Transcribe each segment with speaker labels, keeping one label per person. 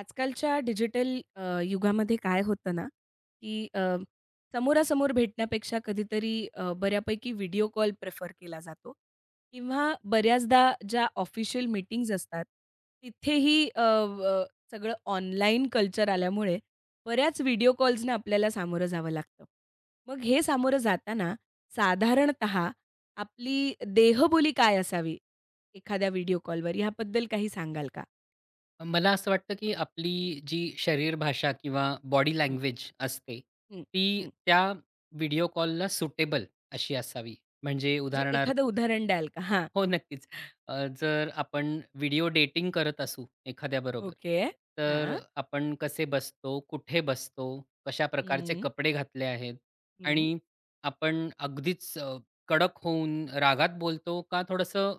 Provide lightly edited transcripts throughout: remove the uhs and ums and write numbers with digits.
Speaker 1: आजकालच्या डिजिटल युगामध्ये काय होतं ना, की समोरासमोर भेटण्यापेक्षा कधीतरी बऱ्यापैकी व्हिडिओ कॉल प्रेफर केला जातो किंवा बऱ्याचदा ज्या ऑफिशियल मीटिंग्ज असतात, तिथेही अ, अ, सगळं ऑनलाईन कल्चर आल्यामुळे बऱ्याच व्हिडिओ कॉल्सने आपल्याला सामोरं जावं लागतं. मग हे सामोरं जाताना साधारणतः आपली देहबोली काय असावी एखाद्या व्हिडिओ कॉलवर याबद्दल काही सांगाल का?
Speaker 2: मला असं वाटतं, की आपली जी शरीर भाषा किंवा बॉडी
Speaker 1: हं.
Speaker 2: लँग्वेज असते,
Speaker 1: हं,
Speaker 2: ती
Speaker 1: हं.
Speaker 2: त्या व्हिडिओ कॉलला सुटेबल अशी असावी. म्हणजे अच्छा.
Speaker 1: म्हणजे
Speaker 2: उदाहरणार्थ
Speaker 1: एखादं उदाहरण द्याल का? हां.
Speaker 2: हो, नक्कीच. जर आपण व्हिडिओ डेटिंग करत असू एखाद्याबरोबर,
Speaker 1: ओके.
Speaker 2: तर
Speaker 1: हां.
Speaker 2: आपण कसे बसतो, कुठे बसतो, कशा प्रकारचे
Speaker 1: हं,
Speaker 2: कपडे घातले आहेत
Speaker 1: हं.
Speaker 2: आणि आपण अगदीच कडक होऊन रागात बोलतो का थोडंसं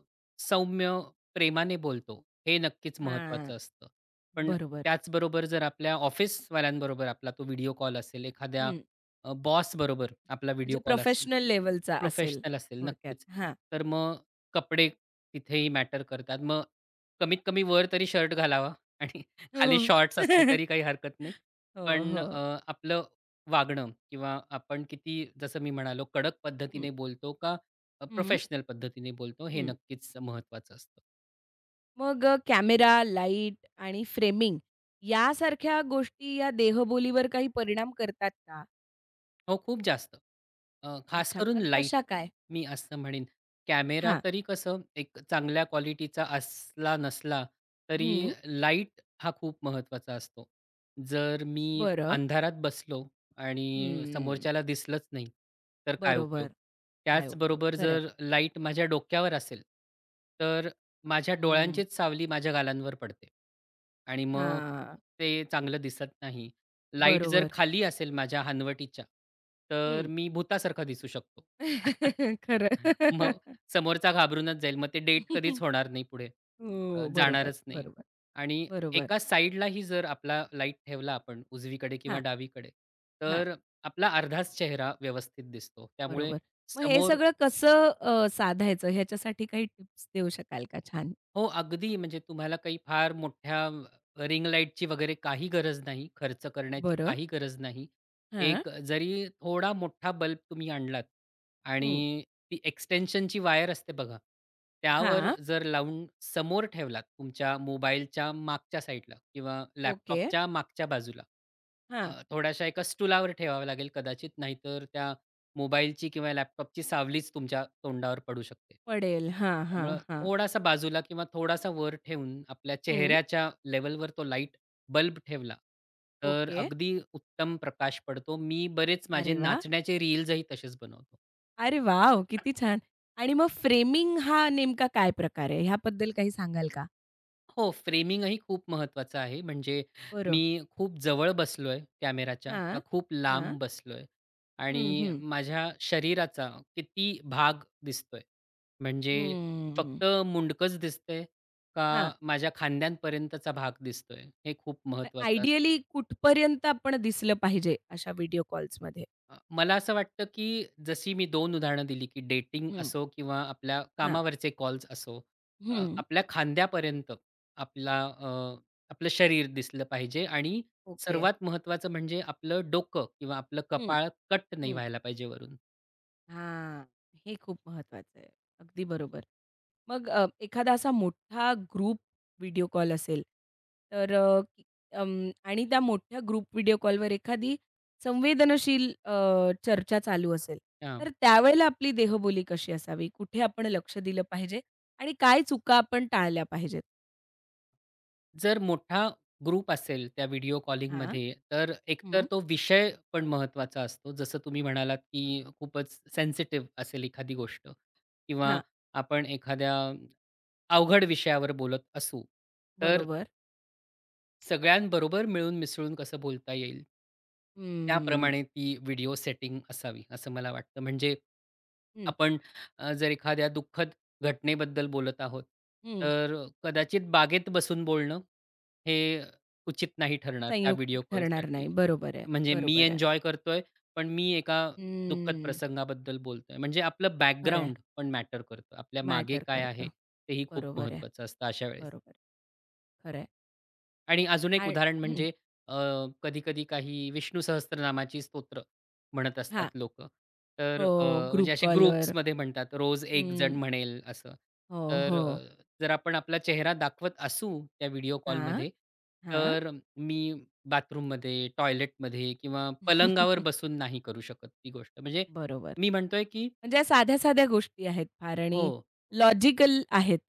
Speaker 2: सौम्य प्रेमाने बोलतो, हे नक्कीच
Speaker 1: हां.
Speaker 2: महत्त्वाचं असतं. पण
Speaker 1: बरोबर.
Speaker 2: त्याचबरोबर जर आपल्या ऑफिसवाल्यांबरोबर आपला तो व्हिडिओ कॉल असेल, एखाद्या
Speaker 1: हं.
Speaker 2: बॉसबरोबर आपला व्हिडिओ
Speaker 1: म्हणजे
Speaker 2: कॉल असेल,
Speaker 1: प्रोफेशनल लेव्हलचा असेल
Speaker 2: प्रोफेशनल असेल
Speaker 1: थोडक्यात.
Speaker 2: नक्कीच.
Speaker 1: हां.
Speaker 2: तर मग कपडे तिथेही मॅटर करतात. मग कमीत कमी वर तरी शर्ट घालावा आणि खाली
Speaker 1: हो,
Speaker 2: शॉर्ट्स असले
Speaker 1: हो.
Speaker 2: तरी काही हरकत नाही.
Speaker 1: हो,
Speaker 2: पण
Speaker 1: हो.
Speaker 2: आपलं वागणं किंवा आपण किती जसं मी म्हणालो कडक
Speaker 1: हं,
Speaker 2: पद्धतीने बोलतो का
Speaker 1: हं,
Speaker 2: प्रोफेशनल पद्धतीने बोलतो हे
Speaker 1: हं.
Speaker 2: नक्कीच महत्त्वाचं असतं.
Speaker 1: मग कॅमेरा, लाईट आणि फ्रेमिंग यासारख्या गोष्टी या देहबोलीवर काही परिणाम करतात का?
Speaker 2: हो, खूप जास्त. खास
Speaker 1: अच्छा.
Speaker 2: करून
Speaker 1: कशा
Speaker 2: लाईट,
Speaker 1: काय?
Speaker 2: मी असं म्हणेन. कॅमेरा
Speaker 1: हां.
Speaker 2: तरी कसं एक चांगल्या क्वालिटीचा असला नसला, तरी
Speaker 1: हं.
Speaker 2: लाईट हा खूप महत्त्वाचा असतो. जर मी
Speaker 1: बरं.
Speaker 2: अंधारात बसलो आणि
Speaker 1: हं.
Speaker 2: समोरच्याला दिसलंच नाही, तर काय
Speaker 1: बरोबर.
Speaker 2: उपयोग?
Speaker 1: काय उपयोग?
Speaker 2: त्याचबरोबर
Speaker 1: खरं आहे.
Speaker 2: जर लाईट माझ्या डोक्यावर असेल, तर माझ्या डोळ्यांचीच सावली माझ्या गालांवर पडते आणि मग
Speaker 1: हां.
Speaker 2: ते चांगलं दिसत नाही. लाईट जर
Speaker 1: बरोबर.
Speaker 2: खाली असेल माझ्या हनवटीच्या,
Speaker 1: हं.
Speaker 2: तर मी भुतासारखा दिसू शकतो.
Speaker 1: खरं.
Speaker 2: मग समोरचा घाबरूनच जाईल. मग ते डेट कधीच होणार नाही पुढे.
Speaker 1: हो, बरोबर,
Speaker 2: जाणारच नाही.
Speaker 1: बरोबर,
Speaker 2: आणि
Speaker 1: बरोबर.
Speaker 2: एका साइडलाही जर आपला लाईट ठेवला आपण उजवीकडे किंवा
Speaker 1: हां,
Speaker 2: डावीकडे,
Speaker 1: हां,
Speaker 2: तर आपला अर्धाच चेहरा व्यवस्थित दिसतो. त्यामुळे
Speaker 1: बरोबर. मग हे
Speaker 2: समोर
Speaker 1: सगळं कसं साधायचं ह्याच्यासाठी काही टिप्स देऊ शकाल का छान?
Speaker 2: हो, अगदी. म्हणजे तुम्हाला काही फार मोठ्या रिंग लाईटची वगैरे काही गरज नाही, खर्च करण्याची
Speaker 1: बरं.
Speaker 2: काही गरज नाही.
Speaker 1: हां.
Speaker 2: एक जरी थोडा मोठा बल्ब तुम्ही आणलात
Speaker 1: हं.
Speaker 2: आणि ती एक्सटेन्शनची वायर असते बघा, त्यावर
Speaker 1: हां.
Speaker 2: जर लावून समोर ठेवलात तुमच्या मोबाईलच्या मागच्या साईडला किंवा
Speaker 1: ओके.
Speaker 2: लॅपटॉपच्या मागच्या बाजूला.
Speaker 1: हां.
Speaker 2: थोड्याशा एका स्टूलावर ठेवावं लागेल कदाचित, नाहीतर त्या मोबाईलची किंवा लॅपटॉपची सावलीच तुमच्या तोंडावर पडू शकते.
Speaker 1: पडेल. हां, हां,
Speaker 2: त्यामुळं
Speaker 1: हां.
Speaker 2: थोडासा बाजूला किंवा थोडासा वर ठेवून आपल्या
Speaker 1: हं.
Speaker 2: चेहऱ्याच्या लेव्हलवर तो लाईट बल्ब ठेवला, तर
Speaker 1: ओके.
Speaker 2: अगदी उत्तम प्रकाश पडतो. मी बरेच माझे
Speaker 1: अरे वाह!
Speaker 2: नाचण्याचे रील्सही तसेच बनवतो.
Speaker 1: अरे वॉव! किती छान. आणि मग फ्रेमिंग हा नेमका काय प्रकार आहे? ह्याबद्दल काही सांगाल का?
Speaker 2: हो, फ्रेमिंगही खूप महत्त्वाचं आहे. म्हणजे
Speaker 1: बरं.
Speaker 2: मी खूप जवळ बसलोय कॅमेराच्या किंवा
Speaker 1: हां.
Speaker 2: खूप
Speaker 1: हां.
Speaker 2: लांब बसलोय आणि
Speaker 1: हं, हं.
Speaker 2: माझ्या शरीराचा किती भाग दिसतोय म्हणजे
Speaker 1: हम्म.
Speaker 2: फक्त मुंडकच दिसतंय का
Speaker 1: हां.
Speaker 2: माझ्या खांद्यांपर्यंतचा भाग दिसतोय? हे खूप महत्वाचं असतं.
Speaker 1: आयडियली कुठपर्यंत आपण दिसलं पाहिजे अशा व्हिडिओ कॉल्समध्ये?
Speaker 2: मला असं वाटतं, की जशी मी दोन उदाहरणं दिली, की डेटिंग
Speaker 1: हं.
Speaker 2: असो किंवा आपल्या
Speaker 1: हां.
Speaker 2: कामावरचे कॉल्स असो,
Speaker 1: हं.
Speaker 2: आपल्या खांद्यापर्यंत आपला आपलं शरीर दिसलं पाहिजे आणि
Speaker 1: ओके.
Speaker 2: सर्वात महत्वाचं म्हणजे आपलं डोकं किंवा आपलं
Speaker 1: हं.
Speaker 2: कपाळ कट नाही
Speaker 1: हं.
Speaker 2: व्हायला पाहिजे वरून.
Speaker 1: हां. हे खूप महत्वाचं आहे. अगदी बरोबर. मग एखादा असा मोठा ग्रुप व्हिडिओ कॉल असेल, तर आणि त्या मोठ्या ग्रुप व्हिडिओ कॉलवर एखादी संवेदनशील चर्चा चालू असेल, तर त्यावेळेला आपली देहबोली कशी असावी? कुठे आपण लक्ष दिलं पाहिजे आणि काय चुका आपण टाळल्या पाहिजेत?
Speaker 2: जर मोठा ग्रुप असेल त्या व्हिडिओ
Speaker 1: हां.
Speaker 2: कॉलिंगमध्ये, तर एकतर
Speaker 1: हं.
Speaker 2: तो विषय पण महत्त्वाचा असतो. जसं तुम्ही म्हणालात, की खूपच सेन्सिटिव्ह असेल एखादी गोष्ट किंवा
Speaker 1: हां.
Speaker 2: आपण एखाद्या अवघड विषयावर बोलत असू, तर
Speaker 1: बरोबर.
Speaker 2: सगळ्यांबरोबर मिळून मिसळून कसं बोलता येईल,
Speaker 1: हम्म.
Speaker 2: त्याप्रमाणे ती व्हिडिओ सेटिंग असावी, असं मला वाटतं. म्हणजे
Speaker 1: हं,
Speaker 2: आपण जर एखाद्या दुःखद घटनेबद्दल बोलत आहोत,
Speaker 1: हं,
Speaker 2: तर
Speaker 1: हं.
Speaker 2: कदाचित बागेत बसून बोलणं हे उचित नाही ठरणार त्या व्हिडिओ
Speaker 1: संयुक्तिक ठरणार
Speaker 2: कॉलसाठी.
Speaker 1: नाही. बरोबर आहे,
Speaker 2: म्हणजे मी
Speaker 1: बरोबर आहे.
Speaker 2: एन्जॉय करतोय, पण मी एका दुःखद
Speaker 1: हम्म.
Speaker 2: प्रसंगाबद्दल बोलतोय. म्हणजे आपलं
Speaker 1: खरं आहे.
Speaker 2: बॅकग्राऊंड पण मॅटर करतं. आपल्या मागे
Speaker 1: मॅटर
Speaker 2: काय
Speaker 1: करतं.
Speaker 2: आहे, तेही खूप
Speaker 1: बरोबर आहे,
Speaker 2: महत्त्वाचं असतं अशा वेळेस.
Speaker 1: बरोबर आहे. खरं आहे.
Speaker 2: आणि अजून एक
Speaker 1: आणि
Speaker 2: उदाहरण
Speaker 1: हं,
Speaker 2: म्हणजे कधी-कधी काही विष्णू सहस्त्रनामाची स्तोत्र म्हणत
Speaker 1: हां.
Speaker 2: असतात लोकं. तर
Speaker 1: हो, ग्रुप
Speaker 2: म्हणजे असे
Speaker 1: कॉलवर.
Speaker 2: ग्रुप्समध्ये म्हणतात, रोज एक जण
Speaker 1: हं.
Speaker 2: म्हणेल असं.
Speaker 1: हो, हो.
Speaker 2: तर जर आपण आपला चेहरा दाखवत असू त्या व्हिडिओ
Speaker 1: हां,
Speaker 2: कॉलमध्ये,
Speaker 1: हां.
Speaker 2: तर मी बाथरूममध्ये, टॉयलेटमध्ये किंवा पलंगावर बसून नाही करू शकत ती गोष्ट. म्हणजे
Speaker 1: बरोबर.
Speaker 2: मी म्हणतोय, की
Speaker 1: म्हणजे साध्या-साध्या गोष्टी आहेत फार
Speaker 2: हो.
Speaker 1: आणि लॉजिकल आहेत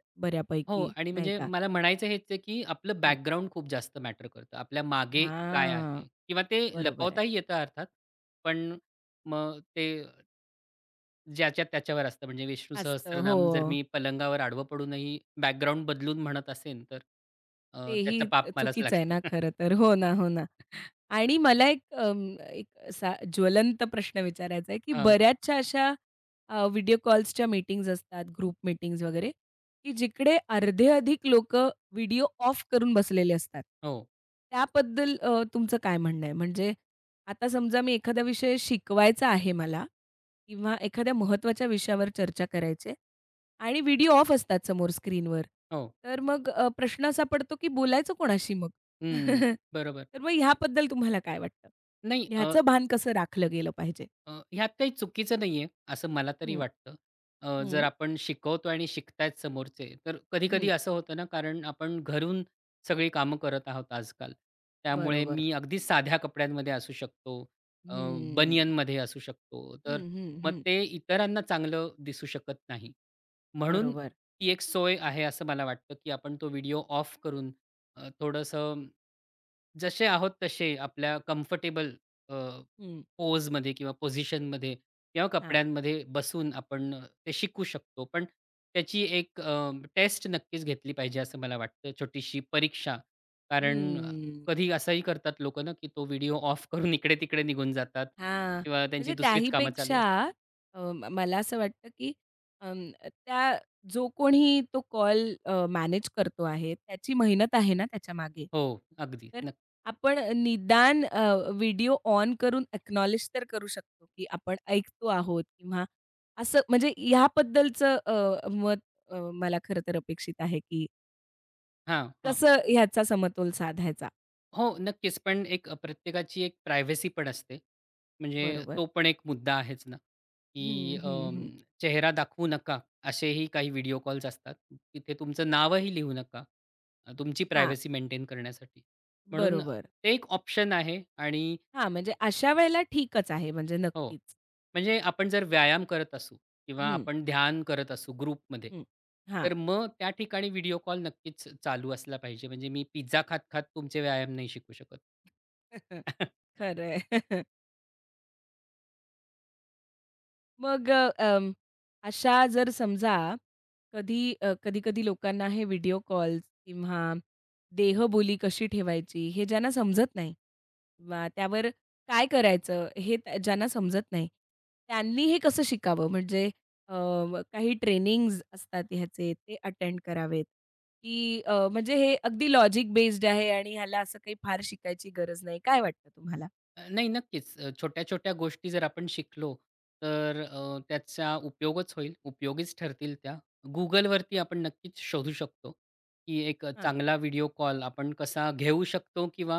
Speaker 2: हो
Speaker 1: बऱ्यापैकी,
Speaker 2: आणि
Speaker 1: नाही
Speaker 2: म्हणजे
Speaker 1: का?
Speaker 2: मला म्हणायचं हेच आहे, की आपलं
Speaker 1: हं.
Speaker 2: बॅकग्राऊंड खूप जास्त मॅटर करतं. आपल्या मागे काय
Speaker 1: हां.
Speaker 2: आहे किंवा ते
Speaker 1: बरोबर आहे.
Speaker 2: लपवताही येतं अर्थात. पण मग ते ज्याच्या त्याच्यावर असतं. म्हणजे विष्णू
Speaker 1: असतं. हो.
Speaker 2: सहस्त्रनाम जर मी पलंगावर आडवं पडूनही बॅकग्राऊंड बदलून म्हणत असेन तर
Speaker 1: तेही
Speaker 2: त्याचं पाप मलाच
Speaker 1: चुकीचं आहे
Speaker 2: लागेल.
Speaker 1: ना खरं तर. हो ना, हो ना. आणि मला एक एक असा ज्वलंत प्रश्न विचारायचा आहे, की
Speaker 2: हां.
Speaker 1: बऱ्याचशा अशा व्हिडिओ कॉल्सच्या मीटिंग्ज असतात, ग्रुप मीटिंग्ज वगैरे, की जिकडे अर्धे अधिक लोक व्हिडिओ ऑफ करून बसलेले असतात.
Speaker 2: हो,
Speaker 1: त्याबद्दल तुमचं काय म्हणणं आहे? म्हणजे आता समजा मी एखादा विषय शिकवायचा आहे मला किंवा एखाद्या महत्त्वाच्या विषयावर चर्चा करायची आणि व्हिडिओ ऑफ असतात समोर स्क्रीनवर.
Speaker 2: हो.
Speaker 1: तर मग प्रश्न असा पडतो, की बोलायचं कोणाशी मग?
Speaker 2: हं. बरोबर.
Speaker 1: तर मग ह्याबद्दल तुम्हाला काय वाटतं?
Speaker 2: नाही
Speaker 1: ह्याचं भान कसं राखलं गेलं पाहिजे?
Speaker 2: ह्यात काही चुकीचं नाही आहे, असं मला तरी
Speaker 1: हं,
Speaker 2: वाटतं. जर
Speaker 1: हं,
Speaker 2: आपण शिकवतो आणि शिकतायत समोरचे, तर कधी-कधी
Speaker 1: हं.
Speaker 2: असं होतं ना, कारण आपण घरून सगळी कामं करत आहोत आजकाल. त्यामुळे
Speaker 1: बरोबर.
Speaker 2: मी अगदी साध्या कपड्यांमध्ये असू शकतो, अ,
Speaker 1: हं.
Speaker 2: बनियनमध्ये असू शकतो, तर
Speaker 1: हं, हं,
Speaker 2: मग
Speaker 1: हं.
Speaker 2: ते इतरांना चांगलं दिसू शकत नाही. म्हणून
Speaker 1: बरोबर.
Speaker 2: ती एक सोय आहे असं मला वाटतं, की आपण तो व्हिडिओ ऑफ करून थोडंसं जसे आहोत तसे आपल्या कम्फर्टेबल अ,
Speaker 1: हं.
Speaker 2: पोजमध्ये किंवा पोझिशनमध्ये किंवा
Speaker 1: हां.
Speaker 2: कपड्यांमध्ये बसून आपण ते शिकू शकतो. पण त्याची एक टेस्ट नक्कीच घेतली पाहिजे असं मला वाटतं, छोटीशी परीक्षा. कारण
Speaker 1: हं.
Speaker 2: कधी असंही करतात लोकं ना, की तो व्हिडिओ ऑफ करून इकडे-तिकडे निघून जातात
Speaker 1: हां,
Speaker 2: किंवा त्यांची
Speaker 1: म्हणजे
Speaker 2: दुसरीच कामं चालू
Speaker 1: त्याहीपेक्षा
Speaker 2: असतात.
Speaker 1: अ, म मला असं वाटतं, की त्या जो कोणी तो कॉल मॅनेज करतो आहे, त्याची मेहनत आहे ना त्याच्यामागे.
Speaker 2: हो, अगदी.
Speaker 1: तर
Speaker 2: नक्क
Speaker 1: आपण निदान व्हिडिओ ऑन करून अॅक्नॉलेज तर करू शकतो, की आपण ऐकतो आहोत किंवा असं म्हणजे ह्याबद्दलचं मत मला खरं तर अपेक्षित आहे, की
Speaker 2: हां.
Speaker 1: कसं ह्याचा समतोल साधायचा.
Speaker 2: हो, नक्कीच. पण एक प्रत्येकाची एक प्रायव्हसी पण असते. म्हणजे
Speaker 1: बरोबर.
Speaker 2: तो पण एक मुद्दा आहेच ना, की
Speaker 1: हं, हं,
Speaker 2: अं,
Speaker 1: हं.
Speaker 2: चेहरा दाखवू नका, असेही काही व्हिडिओ कॉल्स असतात. तिथे तुमचं नावही लिहू नका. तुमची
Speaker 1: हां,
Speaker 2: प्रायव्हसी मेंटेन करण्यासाठी. म्हणून
Speaker 1: बरोबर.
Speaker 2: ते एक ऑप्शन आहे आणि
Speaker 1: हां, म्हणजे अशा वेळेला ठीकच आहे म्हणजे
Speaker 2: हो,
Speaker 1: नक्कीच.
Speaker 2: म्हणजे आपण जर व्यायाम करत असू किंवा
Speaker 1: हं,
Speaker 2: आपण ध्यान करत असू ग्रुपमध्ये,
Speaker 1: हं. हां.
Speaker 2: तर मग त्या ठिकाणी व्हिडिओ कॉल नक्कीच चालू असला पाहिजे. म्हणजे मी पिझ्झा खात-खात तुमचे व्यायाम नाही शिकू शकत.
Speaker 1: खरं आहे. मग अशा जर समजा कधी कधी-कधी लोकांना हे व्हिडिओ कॉल्स किंवा देहबोली कशी ठेवायची हे ज्यांना समजत नाही किंवा त्यावर काय करायचं हे त्या ज्यांना समजत नाही, त्यांनी हे कसं शिकावं? म्हणजे अ, काही ट्रेनिंग्ज असतात ह्याचे ते अटेंड करावेत की म्हणजे हे अगदी लॉजिक बेस्ड आहे आणि ह्याला असं काही फार शिकायची गरज नाही. काय वाटतं तुम्हाला?
Speaker 2: नाही नक्कीच. छोट्या-छोट्या गोष्टी जर आपण शिकलो, तर त्याचा उपयोगच होईल, उपयोगीच ठरतील त्या. Googleवरती आपण नक्कीच शोधू शकतो, की एक
Speaker 1: हां.
Speaker 2: चांगला व्हिडिओ कॉल आपण कसा घेऊ शकतो किंवा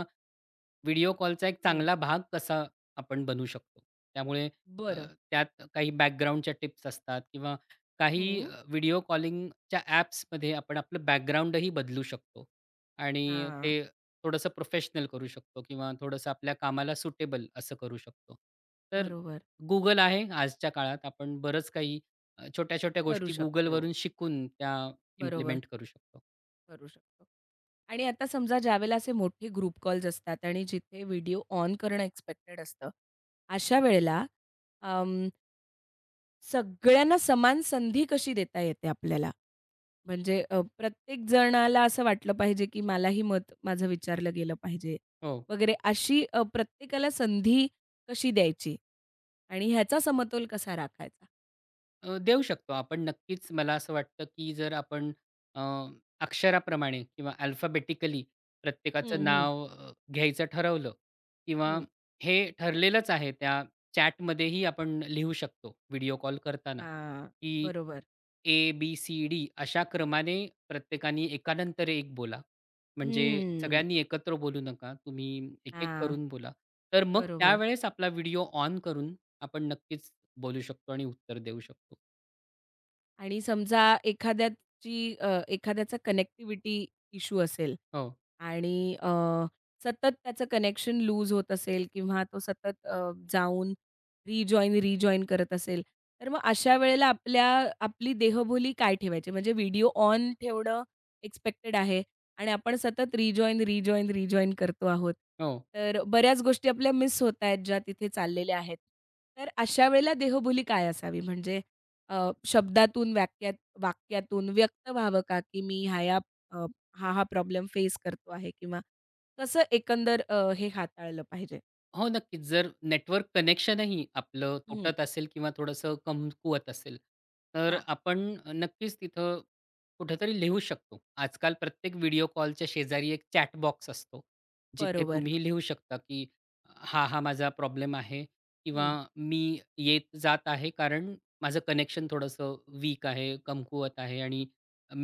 Speaker 2: व्हिडिओ कॉलचा एक
Speaker 1: हं,
Speaker 2: चांगला भाग कसा आपण बनू शकतो. त्यामुळे अ,
Speaker 1: बरं.
Speaker 2: त्यात काही बॅकग्राऊंडच्या टिप्स असतात किंवा काही
Speaker 1: हं.
Speaker 2: व्हिडिओ कॉलिंगच्या ॲप्समध्ये आपण आपलं बॅकग्राऊंडही बदलू शकतो आणि
Speaker 1: हं.
Speaker 2: ते थोडंसं प्रोफेशनल करू शकतो किंवा थोडंसं आपल्या कामाला सुटेबल असं करू शकतो. तर
Speaker 1: बरोबर.
Speaker 2: Google आहे आजच्या काळात. आपण बरंच काही छोट्या-छोट्या
Speaker 1: करू
Speaker 2: गोष्टी
Speaker 1: शकतो.
Speaker 2: Googleवरून शिकून त्या
Speaker 1: बरोबर,
Speaker 2: इम्प्लिमेंट करू शकतो.
Speaker 1: करू शकतो. आणि आता समजा ज्यावेळेला असे मोठे ग्रुप कॉल्स असतात आणि जिथे व्हिडिओ ऑन करणं एक्स्पेक्टेड असतं, अशा वेळेला अं, सगळ्यांना समान संधी कशी देता येते आपल्याला? म्हणजे प्रत्येक जणाला असं वाटलं पाहिजे, की मलाही मत माझं विचारलं गेलं पाहिजे
Speaker 2: हो.
Speaker 1: वगैरे अशी प्रत्येकाला संधी कशी द्यायची आणि ह्याचा समतोल कसा राखायचा?
Speaker 2: देऊ शकतो आपण नक्कीच. मला असं वाटतं, की जर आपण अ, अक्षराप्रमाणे किंवा अल्फाबेटिकली प्रत्येकाचं
Speaker 1: हं, हं,
Speaker 2: नाव घ्यायचं ठरवलं किंवा
Speaker 1: हं.
Speaker 2: हे ठरलेलंच आहे त्या चॅटमध्येही आपण लिहू शकतो व्हिडिओ कॉल करताना,
Speaker 1: हां,
Speaker 2: की
Speaker 1: बरोबर.
Speaker 2: A, B, C, D अशा क्रमाने प्रत्येकाने एकानंतर एक बोला. म्हणजे
Speaker 1: हम्म.
Speaker 2: सगळ्यांनी एकत्र बोलू नका. तुम्ही एक-एक
Speaker 1: हां,
Speaker 2: करून बोला. तर मग
Speaker 1: बरोबर.
Speaker 2: त्यावेळेस आपला व्हिडिओ ऑन करून आपण नक्कीच बोलू शकतो आणि उत्तर देऊ शकतो.
Speaker 1: आणि समजा एखाद्याचा कनेक्टिव्हिटी इश्यू असेल,
Speaker 2: हो,
Speaker 1: आणि सतत त्याचं कनेक्शन लूज होत असेल किंवा तो सतत जाऊन रिजॉइन, रिजॉइन करत असेल, तर मग अशा वेळेला आपली देहबोली काय ठेवायची? म्हणजे व्हिडिओ ऑन ठेवणं एक्स्पेक्टेड आहे आणि आपण सतत रिजॉइन, रिजॉइन, रिजॉइन करतो आहोत.
Speaker 2: हो.
Speaker 1: तर बऱ्याच गोष्टी आपल्या मिस होत आहेत, ज्या तिथे चाललेल्या आहेत. तर अशा वेळेला देहबोली काय असावी? म्हणजे अ, शब्दातून, वाक्यातून व्यक्त व्हावं का, की मी हा प्रॉब्लेम फेस करतो आहे किंवा कसं एकंदर हे हाताळलं पाहिजे.
Speaker 2: हो, नक्कीच. जर नेटवर्क कनेक्शनही आपलं
Speaker 1: हं,
Speaker 2: तुटत असेल किंवा थोडंसं कमकुवत असेल, तर
Speaker 1: हां,
Speaker 2: आपण नक्कीच तिथं कुठेतरी लिहू शकतो. आजकाल प्रत्येक व्हिडिओ कॉलच्या शेजारी एक चॅट बॉक्स असतो, जिथे
Speaker 1: बरोबर.
Speaker 2: तुम्ही लिहू शकता, की "हा, हा माझा प्रॉब्लेम आहे" किंवा
Speaker 1: हं,
Speaker 2: "मी येत जात आहे, कारण माझं कनेक्शन थोडंसं वीक आहे, कमकुवत आहे आणि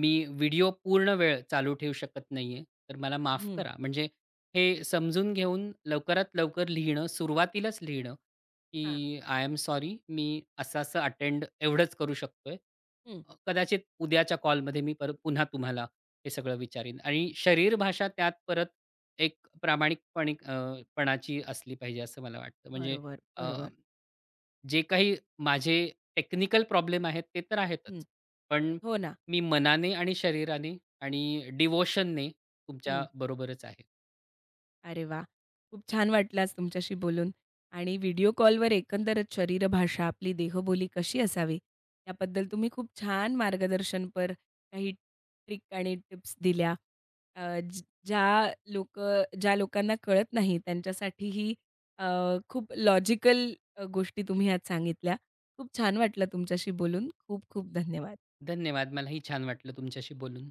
Speaker 2: मी व्हिडिओ पूर्ण वेळ चालू ठेवू शकत नाहीये, तर मला माफ
Speaker 1: हं,
Speaker 2: करा." म्हणजे हे समजून घेऊन लवकरात लवकर लिहिणं, सुरुवातीलाच लिहिणं,
Speaker 1: हां,
Speaker 2: की आय एम सॉरी मी असं-असं अटेंड एवढंच करू शकतोय.
Speaker 1: हं,
Speaker 2: कदाचित उद्याच्या कॉलमध्ये मी परत पुन्हा तुम्हाला हे सगळं विचारीन आणि शरीर भाषा त्यात परत एक प्रामाणिकपणे पणाची असली पाहिजे असं मला वाटतं. म्हणजे
Speaker 1: बरोबर,
Speaker 2: अ,
Speaker 1: बरोबर.
Speaker 2: जे काही माझे टेक्निकल प्रॉब्लेम आहेत ते तर
Speaker 1: हं,
Speaker 2: आहेतच. पण
Speaker 1: हो ना.
Speaker 2: मी मनाने आणि शरीराने आणि डिव्होशनने तुमच्या बरोबरच आहे.
Speaker 1: अरे वाह! खूप छान वाटलं आज तुमच्याशी बोलून आणि व्हिडिओ कॉलवर एकंदरच शरीरभाषा, आपली देहबोली कशी असावी, याबद्दल तुम्ही खूप छान मार्गदर्शनपर काही ट्रिक आणि टिप्स दिल्या. अ, ज ज्या लोकं ज्या लोकांना कळत नाही त्यांच्यासाठीही अ, खूप लॉजिकल गोष्टी तुम्ही आज सांगितल्या. खूप छान वाटलं तुमच्याशी बोलून. खूप खूप धन्यवाद.
Speaker 2: धन्यवाद. मलाही छान वाटलं तुमच्याशी बोलून.